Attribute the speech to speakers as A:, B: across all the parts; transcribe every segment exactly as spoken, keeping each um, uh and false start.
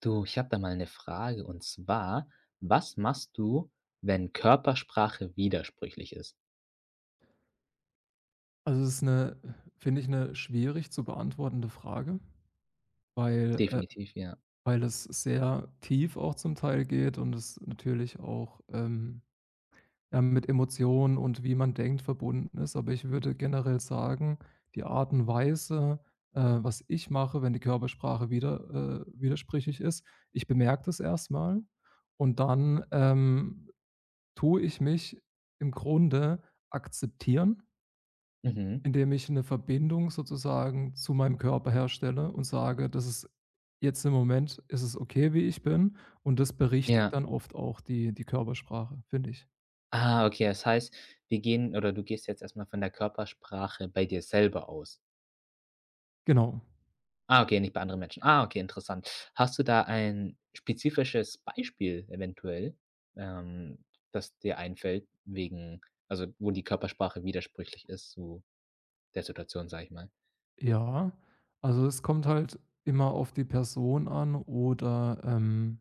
A: Du, ich habe da mal eine Frage und zwar: Was machst du, wenn Körpersprache widersprüchlich ist?
B: Also, es ist eine, finde ich, eine schwierig zu beantwortende Frage, weil äh,
A: Definitiv, ja.
B: weil es sehr tief auch zum Teil geht und es natürlich auch, ähm, ja, mit Emotionen und wie man denkt, verbunden ist. Aber ich würde generell sagen, die Art und Weise, äh, was ich mache, wenn die Körpersprache wieder äh, widersprüchlich ist, ich bemerke das erstmal und dann, ähm, tue ich mich im Grunde akzeptieren.
A: Mhm.
B: Indem ich eine Verbindung sozusagen zu meinem Körper herstelle und sage: „Das ist jetzt im Moment ist es okay, wie ich bin.“ Und das berichtigt
A: Ja.
B: dann oft auch die die Körpersprache, finde ich.
A: Ah, okay, das heißt, wir gehen oder du gehst jetzt erstmal von der Körpersprache bei dir selber aus.
B: Genau.
A: Ah, okay, nicht bei anderen Menschen. Ah, okay, interessant. Hast du da ein spezifisches Beispiel eventuell, ähm, das dir einfällt wegen also, wo die Körpersprache widersprüchlich ist zu der Situation, sag ich mal?
B: Ja, also, es kommt halt immer auf die Person an oder, ähm,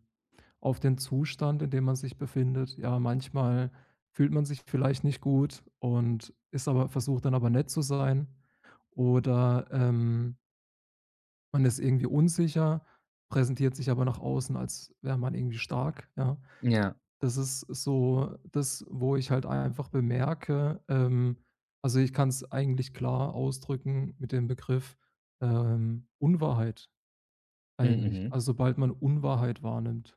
B: auf den Zustand, in dem man sich befindet. Ja, manchmal fühlt man sich vielleicht nicht gut und ist aber versucht dann aber nett zu sein oder, ähm Man ist irgendwie unsicher, präsentiert sich aber nach außen, als wäre man irgendwie stark, ja.
A: Ja.
B: Das ist so das, wo ich halt einfach bemerke, ähm also, ich kann es eigentlich klar ausdrücken mit dem Begriff, ähm, Unwahrheit
A: Mhm,
B: eigentlich.
A: mhm.
B: Also, sobald man Unwahrheit wahrnimmt.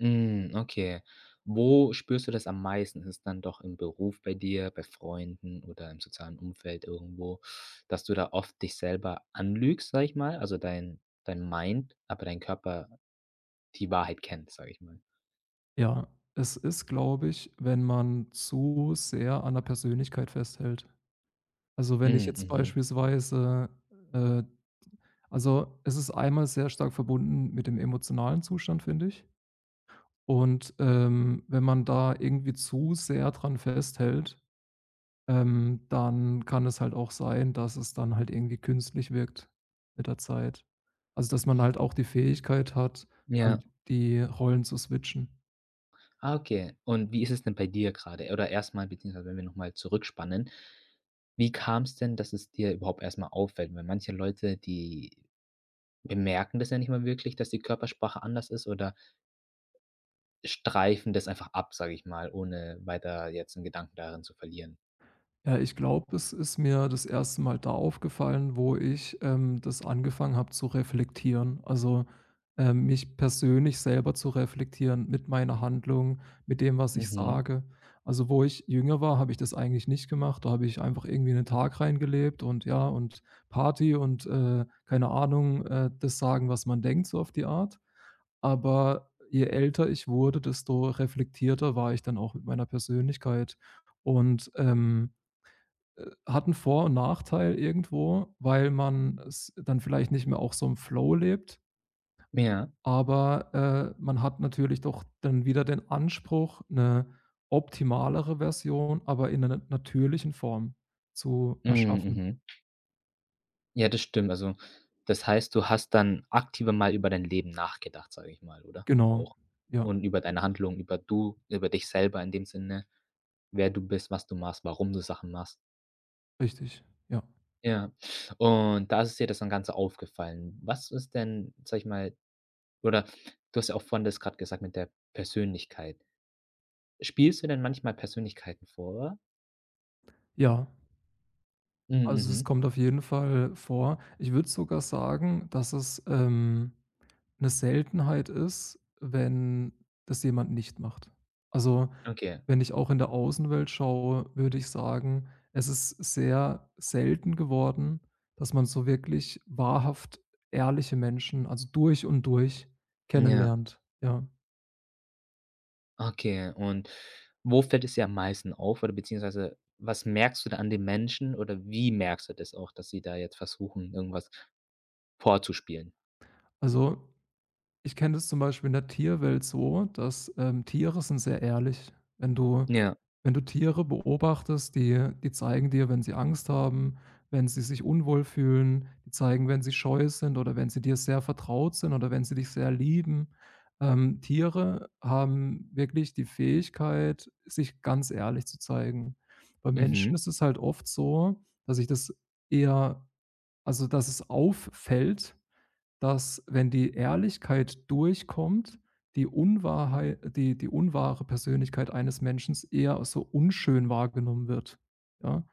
A: Hm, okay. Wo spürst du das am meisten? Ist es dann doch im Beruf bei dir, bei Freunden oder im sozialen Umfeld irgendwo, dass du da oft dich selber anlügst, sag ich mal, also dein dein Mind, aber dein Körper die Wahrheit kennt, sag ich mal?
B: Ja, es ist, glaube ich, wenn man zu sehr an der Persönlichkeit festhält. Also, wenn ich
A: Hm,
B: jetzt
A: mhm.
B: beispielsweise, äh Also, es ist einmal sehr stark verbunden mit dem emotionalen Zustand, finde ich. Und, ähm, wenn man da irgendwie zu sehr dran festhält, ähm, dann kann es halt auch sein, dass es dann halt irgendwie künstlich wirkt mit der Zeit. Also, dass man halt auch die Fähigkeit hat, ähm,
A: Ja.
B: die Rollen zu switchen.
A: Ah, okay. Und wie ist es denn bei dir gerade? Oder erstmal, beziehungsweise wenn wir noch mal zurückspannen, wie kam es denn, dass es dir überhaupt erstmal auffällt? Weil manche Leute, die bemerken das ja nicht mal wirklich, dass die Körpersprache anders ist oder streifen das einfach ab, sage ich mal, ohne weiter jetzt 'n Gedanken darin zu verlieren.
B: Ja, ich glaube, es ist mir das erste Mal da aufgefallen, wo ich, ähm, das angefangen habe zu reflektieren. Also, ähm, mich persönlich selber zu reflektieren mit meiner Handlung, mit dem, was ich
A: Mhm.
B: sage. Also, wo ich jünger war, habe ich das eigentlich nicht gemacht. Da habe ich einfach irgendwie einen Tag reingelebt und ja, und Party und, äh, keine Ahnung, äh, das sagen, was man denkt, so auf die Art. Aber je älter ich wurde, desto reflektierter war ich dann auch mit meiner Persönlichkeit. Und, ähm, äh, hat 'n Vor und Nachteil irgendwo, weil man s dann vielleicht nicht mehr auch so im Flow lebt,
A: Ja.
B: aber, äh, man hat natürlich doch dann wieder den Anspruch, eine optimalere Version, aber in einer natürlichen Form zu
A: Mhm,
B: erschaffen.
A: mhm. Ja, das stimmt. Also, das heißt, du hast dann aktiver mal über dein Leben nachgedacht, sage ich mal, oder?
B: Genau.
A: Auch.
B: Ja,
A: Und über deine Handlungen, über du über dich selber in dem Sinne, wer du bist, was du machst, warum du Sachen machst.
B: richtig. Ja.
A: Ja. Und da ist dir das dann Ganze aufgefallen. Was ist denn, sage ich mal oder du hast ja auch vorhin das grad gesagt mit der Persönlichkeit. Spielst du denn manchmal Persönlichkeiten vor?
B: Ja,
A: Mhm,
B: also, es
A: mhm.
B: kommt auf jeden Fall vor. Ich würde sogar sagen, dass es, ähm, 'ne Seltenheit ist, wenn das jemand nicht macht. Also,
A: Okay.
B: wenn ich auch in der Außenwelt schaue, würde ich sagen, es ist sehr selten geworden, dass man so wirklich wahrhaft ehrliche Menschen, also durch und durch
A: Ja,
B: kennenlernt, ja.
A: okay. Und wo fällt es dir am meisten auf oder beziehungsweise was merkst du da an den Menschen oder wie merkst du das auch, dass sie da jetzt versuchen, irgendwas vorzuspielen?
B: Also, ich kenne das zum Beispiel in der Tierwelt so, dass, ähm, Tiere sind sehr ehrlich Wenn du
A: Ja.
B: wenn du Tiere beobachtest, die die zeigen dir, wenn sie Angst haben, wenn sie sich unwohl fühlen, die zeigen, wenn sie scheu sind oder wenn sie dir sehr vertraut sind oder wenn sie dich sehr lieben. Ähm, Tiere haben wirklich die Fähigkeit, sich ganz ehrlich zu zeigen. Bei Menschen
A: Mhm.
B: ist es halt oft so, dass ich das eher also, dass es auffällt, dass, wenn die Ehrlichkeit durchkommt, die Unwahrhei die die unwahre Persönlichkeit eines Menschen eher so unschön wahrgenommen wird, ja?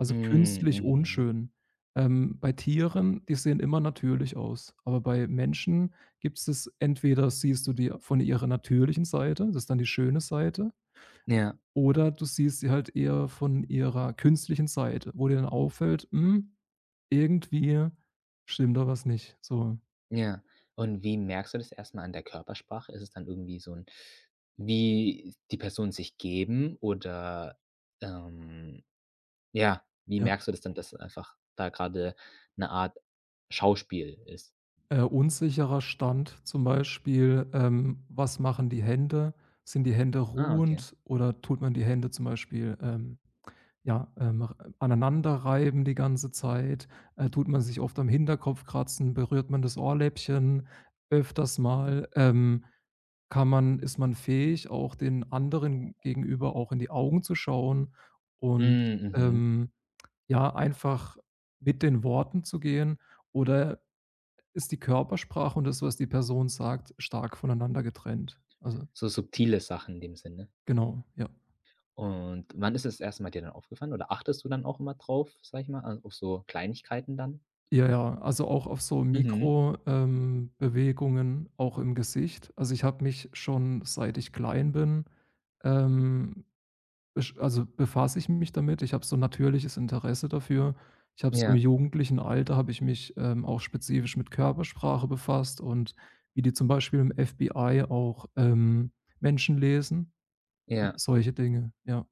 B: Also,
A: Hm,
B: künstlich
A: mhm.
B: unschön. Ähm, bei Tieren, die sehen immer natürlich aus, aber bei Menschen gibt's das entweder siehst du die von ihrer natürlichen Seite, das ist dann die schöne Seite,
A: Ja,
B: oder du siehst sie halt eher von ihrer künstlichen Seite, wo dir dann auffällt: „Hm, irgendwie stimmt da was nicht“, so.
A: ja. Und wie merkst du das erstmal an der Körpersprache? Ist es dann irgendwie so ein wie die Personen sich geben oder, ähm ja, wie
B: Ja.
A: merkst du das dann, dass einfach da gerade eine Art Schauspiel ist?
B: Äh, unsicherer Stand zum Beispiel, ähm, was machen die Hände? Sind die Hände
A: Ah, okay.
B: ruhend oder tut man die Hände zum Beispiel, ähm, ja, ähm, r- aneinander reiben die ganze Zeit? Äh, tut man sich oft am Hinterkopf kratzen? Berührt man das Ohrläppchen öfters mal? Ähm, kann man, ist man fähig, auch den anderen gegenüber auch in die Augen zu schauen und
A: Hm, mhm.
B: ähm, ja, einfach mit den Worten zu gehen? Oder ist die Körpersprache und das, was die Person sagt, stark voneinander getrennt. Also,
A: So subtile Sachen in dem Sinne.
B: genau, ja.
A: Und wann ist es das erste Mal dir dann aufgefallen oder achtest du dann auch immer drauf, sag ich mal, a auf so Kleinigkeiten dann?
B: Ja, ja, also auch auf so
A: Mhm.
B: Mikro, ähm, Bewegungen, auch im Gesicht. Also, ich habe mich schon, seit ich klein bin, ähm, besch also, befasse ich mich damit. Ich habe so 'n natürliches Interesse dafür. Ich habe so im
A: Ja,
B: jugendlichen Alter habe ich mich, ähm, auch spezifisch mit Körpersprache befasst und wie die zum Beispiel im F B I auch, ähm, Menschen lesen,
A: ja,
B: solche Dinge, ja.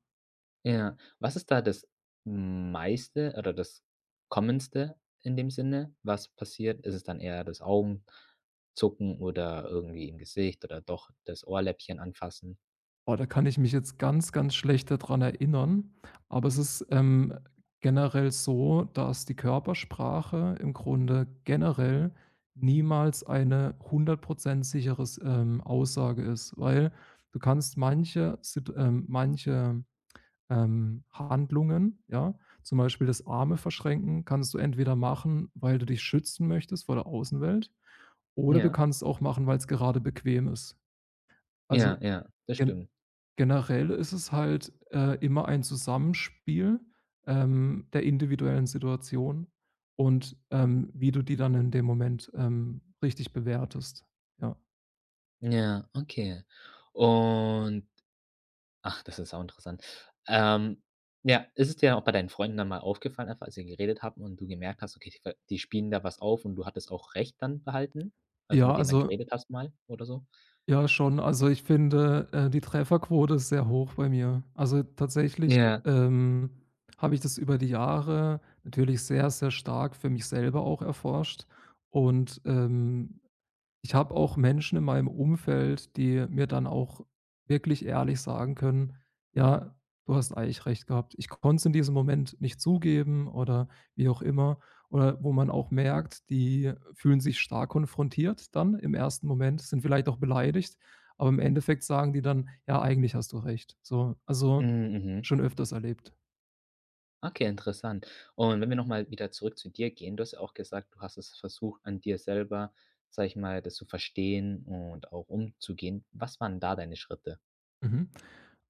A: ja. Was ist da das meiste oder das Commonste in dem Sinne, was passiert? Ist es dann eher das Augenzucken oder irgendwie im Gesicht oder doch das Ohrläppchen anfassen?
B: Boah, da kann ich mich jetzt ganz, ganz schlecht daran erinnern, aber es ist, ähm, generell so, dass die Körpersprache im Grunde generell niemals eine hundert sicheres, ähm, Aussage ist, weil du kannst manche Sit ähm, manche, ähm, Handlungen, ja, zum Beispiel das Arme verschränken, kannst du entweder machen, weil du dich schützen möchtest vor der Außenwelt, oder du
A: Ja,
B: kannst auch machen, weil es gerade bequem ist. Also
A: ja, ja, das
B: Gen
A: stimmt.
B: generell ist es halt, äh, immer ein Zusammenspiel, ähm, der individuellen Situation und, ähm, wie du die dann in dem Moment, ähm, richtig bewertest, ja.
A: Ja, okay. Und ach, das ist auch interessant. Ähm, ja, ist es dir auch bei deinen Freunden dann mal aufgefallen, einfach als ihr geredet habt und du gemerkt hast, okay, die ver die spielen da was auf und du hattest auch recht dann behalten? Also
B: Ja,
A: mit denen dann
B: also
A: geredet hast mal oder so?
B: ja schon. Also, ich finde, äh, die Trefferquote ist sehr hoch bei mir. Also, tatsächlich,
A: Ja.
B: ähm, habe ich das über die Jahre natürlich sehr, sehr stark für mich selber auch erforscht und, ähm Ich habe auch Menschen in meinem Umfeld, die mir dann auch wirklich ehrlich sagen können: „Ja, du hast eigentlich recht gehabt.“ Ich konnt's in diesem Moment nicht zugeben oder wie auch immer. Oder wo man auch merkt, die fühlen sich stark konfrontiert dann im ersten Moment, sind vielleicht auch beleidigt, aber im Endeffekt sagen die dann: „Ja, eigentlich hast du recht.“ So, also,
A: Mhm, mhm.
B: schon öfters erlebt.
A: Okay, interessant. Und wenn wir noch mal wieder zurück zu dir gehen, du hast ja auch gesagt, du hast es versucht, an dir selber, sage ich mal, das zu verstehen und auch umzugehen. Was waren da deine Schritte?
B: Mhm.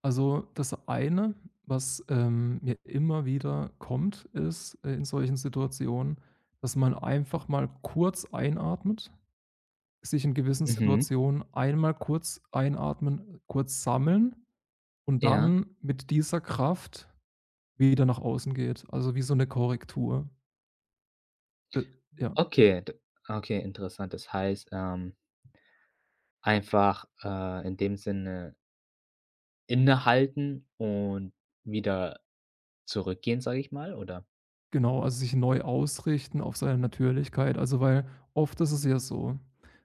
B: Also, das eine, was, ähm, mir immer wieder kommt, ist, äh, in solchen Situationen, dass man einfach mal kurz einatmet, sich in gewissen
A: Mhm.
B: Situationen einmal kurz einatmen, kurz sammeln und
A: Ja.
B: dann mit dieser Kraft wieder nach außen geht. Also, wie so eine Korrektur. D ja.
A: Okay, d okay, interessant. Das heißt, ähm einfach, äh, in dem Sinne innehalten und wieder zurückgehen, sage ich mal, oder?
B: Genau, also sich neu ausrichten auf seine Natürlichkeit. Also, weil oft ist es ja so,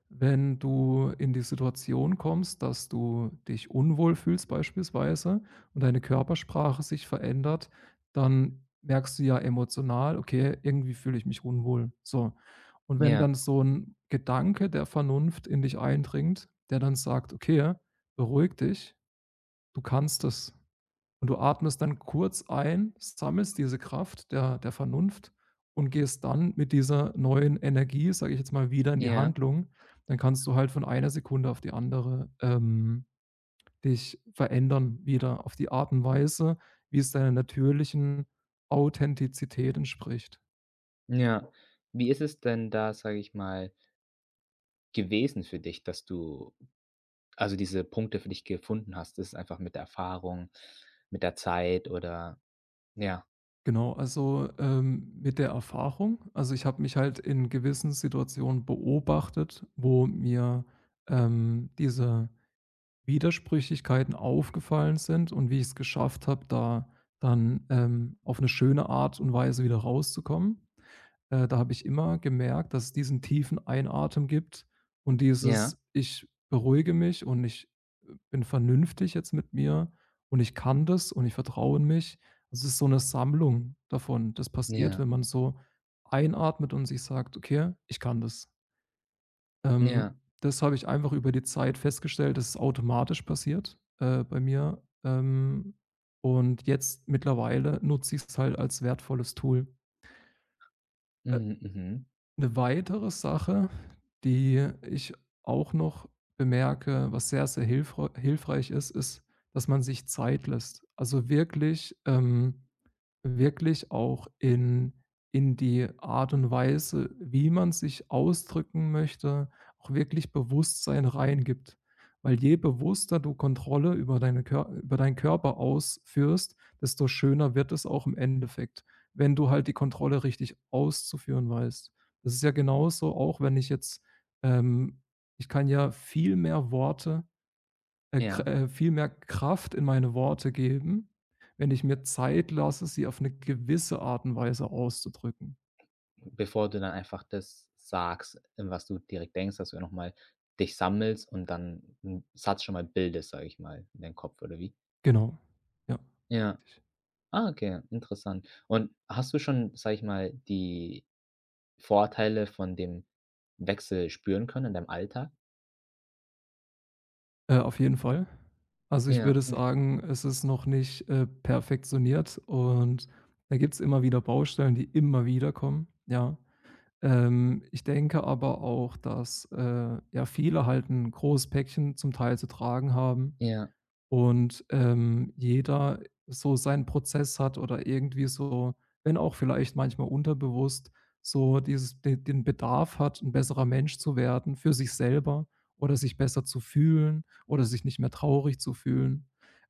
B: wenn du in die Situation kommst, dass du dich unwohl fühlst beispielsweise und deine Körpersprache sich verändert, dann merkst du ja emotional: „Okay, irgendwie fühle ich mich unwohl“, so. Und wenn
A: Ja,
B: dann so ein Gedanke der Vernunft in dich eindringt, der dann sagt: „Okay, beruhig dich, du kannst es.“ Und du atmest dann kurz ein, sammelst diese Kraft der der Vernunft und gehst dann mit dieser neuen Energie, sage ich jetzt mal, wieder in die
A: ja,
B: Handlung. Dann kannst du halt von einer Sekunde auf die andere, ähm, dich verändern wieder auf die Art und Weise, wie es deiner natürlichen Authentizität entspricht.
A: ja. Wie ist es denn da, sage ich mal, gewesen für dich, dass du also, diese Punkte für dich gefunden hast? Ist es einfach mit der Erfahrung, mit der Zeit oder ja,
B: Genau, also, ähm, mit der Erfahrung, also, ich habe mich halt in gewissen Situationen beobachtet, wo mir, ähm, diese Widersprüchlichkeiten aufgefallen sind und wie ich es geschafft habe, da dann, ähm, auf eine schöne Art und Weise wieder rauszukommen. Äh, da habe ich immer gemerkt, dass es diesen tiefen Einatmen gibt und
A: ja,
B: dieses: „Ich beruhige mich und ich, äh, bin vernünftig jetzt mit mir und ich kann das und ich vertraue in mich.“ Also, es ist so eine Sammlung davon. Das passiert,
A: ja,
B: wenn man so einatmet und sich sagt: „Okay, ich kann das.“
A: ja.
B: ähm, Das habe ich einfach über die Zeit festgestellt, dass es automatisch passiert, äh, bei mir. Ähm, und jetzt mittlerweile nutze ich es halt als wertvolles Tool.
A: Mhm, mhm.
B: Eine weitere Sache, die ich auch noch bemerke, was sehr, sehr hilfrei hilfreich ist, ist, dass man sich Zeit lässt. Also, wirklich ähm, wirklich auch in in die Art und Weise, wie man sich ausdrücken möchte, auch wirklich Bewusstsein reingibt. Weil je bewusster du Kontrolle über deine Kör über deinen Körper ausführst, desto schöner wird es auch im Endeffekt, wenn du halt die Kontrolle richtig auszuführen weißt. Das ist ja genauso, auch wenn ich jetzt ähm, ich kann ja viel mehr Worte äh, kr
A: Ja.
B: äh, viel mehr Kraft in meine Worte geben, wenn ich mir Zeit lasse, sie auf eine gewisse Art und Weise auszudrücken.
A: Bevor du dann einfach das sagst, in was du direkt denkst, dass du nochmal dich sammelst und dann einen Satz schon mal bildest, sage ich mal, in deinem Kopf oder wie?
B: Genau. Ja.
A: Ja. Ah, okay, interessant. Und hast du schon, sag ich mal, die Vorteile von dem Wechsel spüren können in deinem Alltag?
B: Äh, auf jeden Fall. Also, ich
A: Ja,
B: würde
A: hm,
B: sagen, es ist noch nicht, äh, perfektioniert und da gibt es immer wieder Baustellen, die immer wieder kommen, ja. Ähm, ich denke aber auch, dass, äh, ja, viele halt ein großes Päckchen zum Teil zu tragen haben
A: ja,
B: und, ähm, jeder so seinen Prozess hat oder irgendwie so, wenn auch vielleicht manchmal unterbewusst, so dieses de den Bedarf hat, ein besserer Mensch zu werden für sich selber oder sich besser zu fühlen oder sich nicht mehr traurig zu fühlen.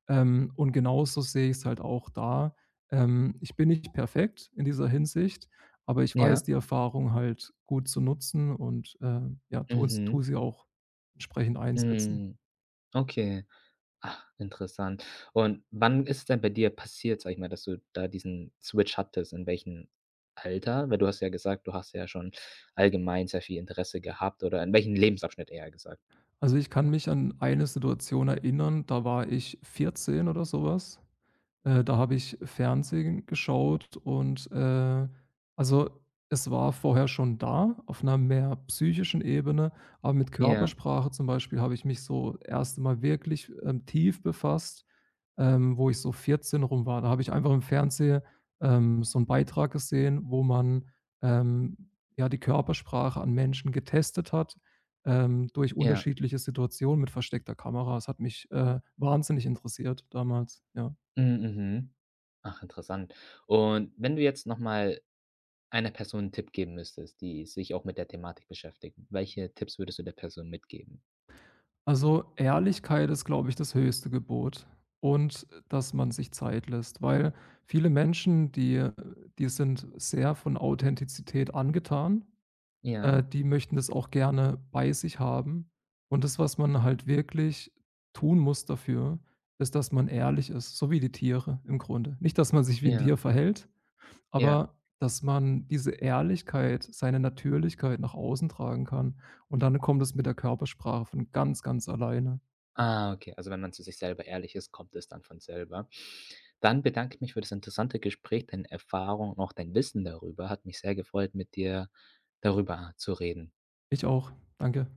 B: Ähm, und genauso sehe ich es halt auch da. Ähm, ich bin nicht perfekt in dieser Hinsicht, aber ich weiß
A: ja.
B: die Erfahrung halt gut zu nutzen und, äh, ja, tue es tue
A: Mhm.
B: sie auch entsprechend einsetzen.
A: Mhm. Okay. Ach, interessant. Und wann ist es denn bei dir passiert, sag ich mal, dass du da diesen Switch hattest? In welchem Alter? Weil du hast ja gesagt, du hast ja schon allgemein sehr viel Interesse gehabt oder in welchem Lebensabschnitt eher gesagt?
B: Also, ich kann mich an eine Situation erinnern, da war ich vierzehn oder sowas. Äh, da habe ich Fernsehen geschaut und, äh also, es war vorher schon da auf einer mehr psychischen Ebene, aber mit
A: Ja,
B: Körpersprache zum Beispiel habe ich mich so erst Mal wirklich, ähm, tief befasst, ähm, wo ich so vierzehn rum war. Da habe ich einfach im Fernseher, ähm, so einen Beitrag gesehen, wo man, ähm, ja, die Körpersprache an Menschen getestet hat, ähm, durch
A: ja.
B: unterschiedliche Situationen mit versteckter Kamera. Es hat mich, äh, wahnsinnig interessiert damals, ja.
A: Mhm, mhm. Ach, interessant. Und wenn du jetzt nochmal einer Person einen Tipp geben müsstest, die sich auch mit der Thematik beschäftigt, welche Tipps würdest du der Person mitgeben?
B: Also, Ehrlichkeit ist, glaube ich, das höchste Gebot und dass man sich Zeit lässt, weil viele Menschen, die äh, die sind sehr von Authentizität angetan.
A: Ja,
B: Äh, die möchten das auch gerne bei sich haben. Und das, was man halt wirklich tun muss dafür, ist, dass man ehrlich ist, so wie die Tiere im Grunde. Nicht, dass man sich wie ein
A: ja,
B: Tier verhält,
A: ja.
B: aber dass man diese Ehrlichkeit, seine Natürlichkeit nach außen tragen kann. Und dann kommt es mit der Körpersprache von ganz, ganz alleine.
A: Ah, okay. Also, wenn man zu sich selber ehrlich ist, kommt es dann von selber. Dann bedanke ich mich für das interessante Gespräch, deine Erfahrung und auch dein Wissen darüber. Hat mich sehr gefreut, mit dir darüber zu reden.
B: Ich auch. Danke.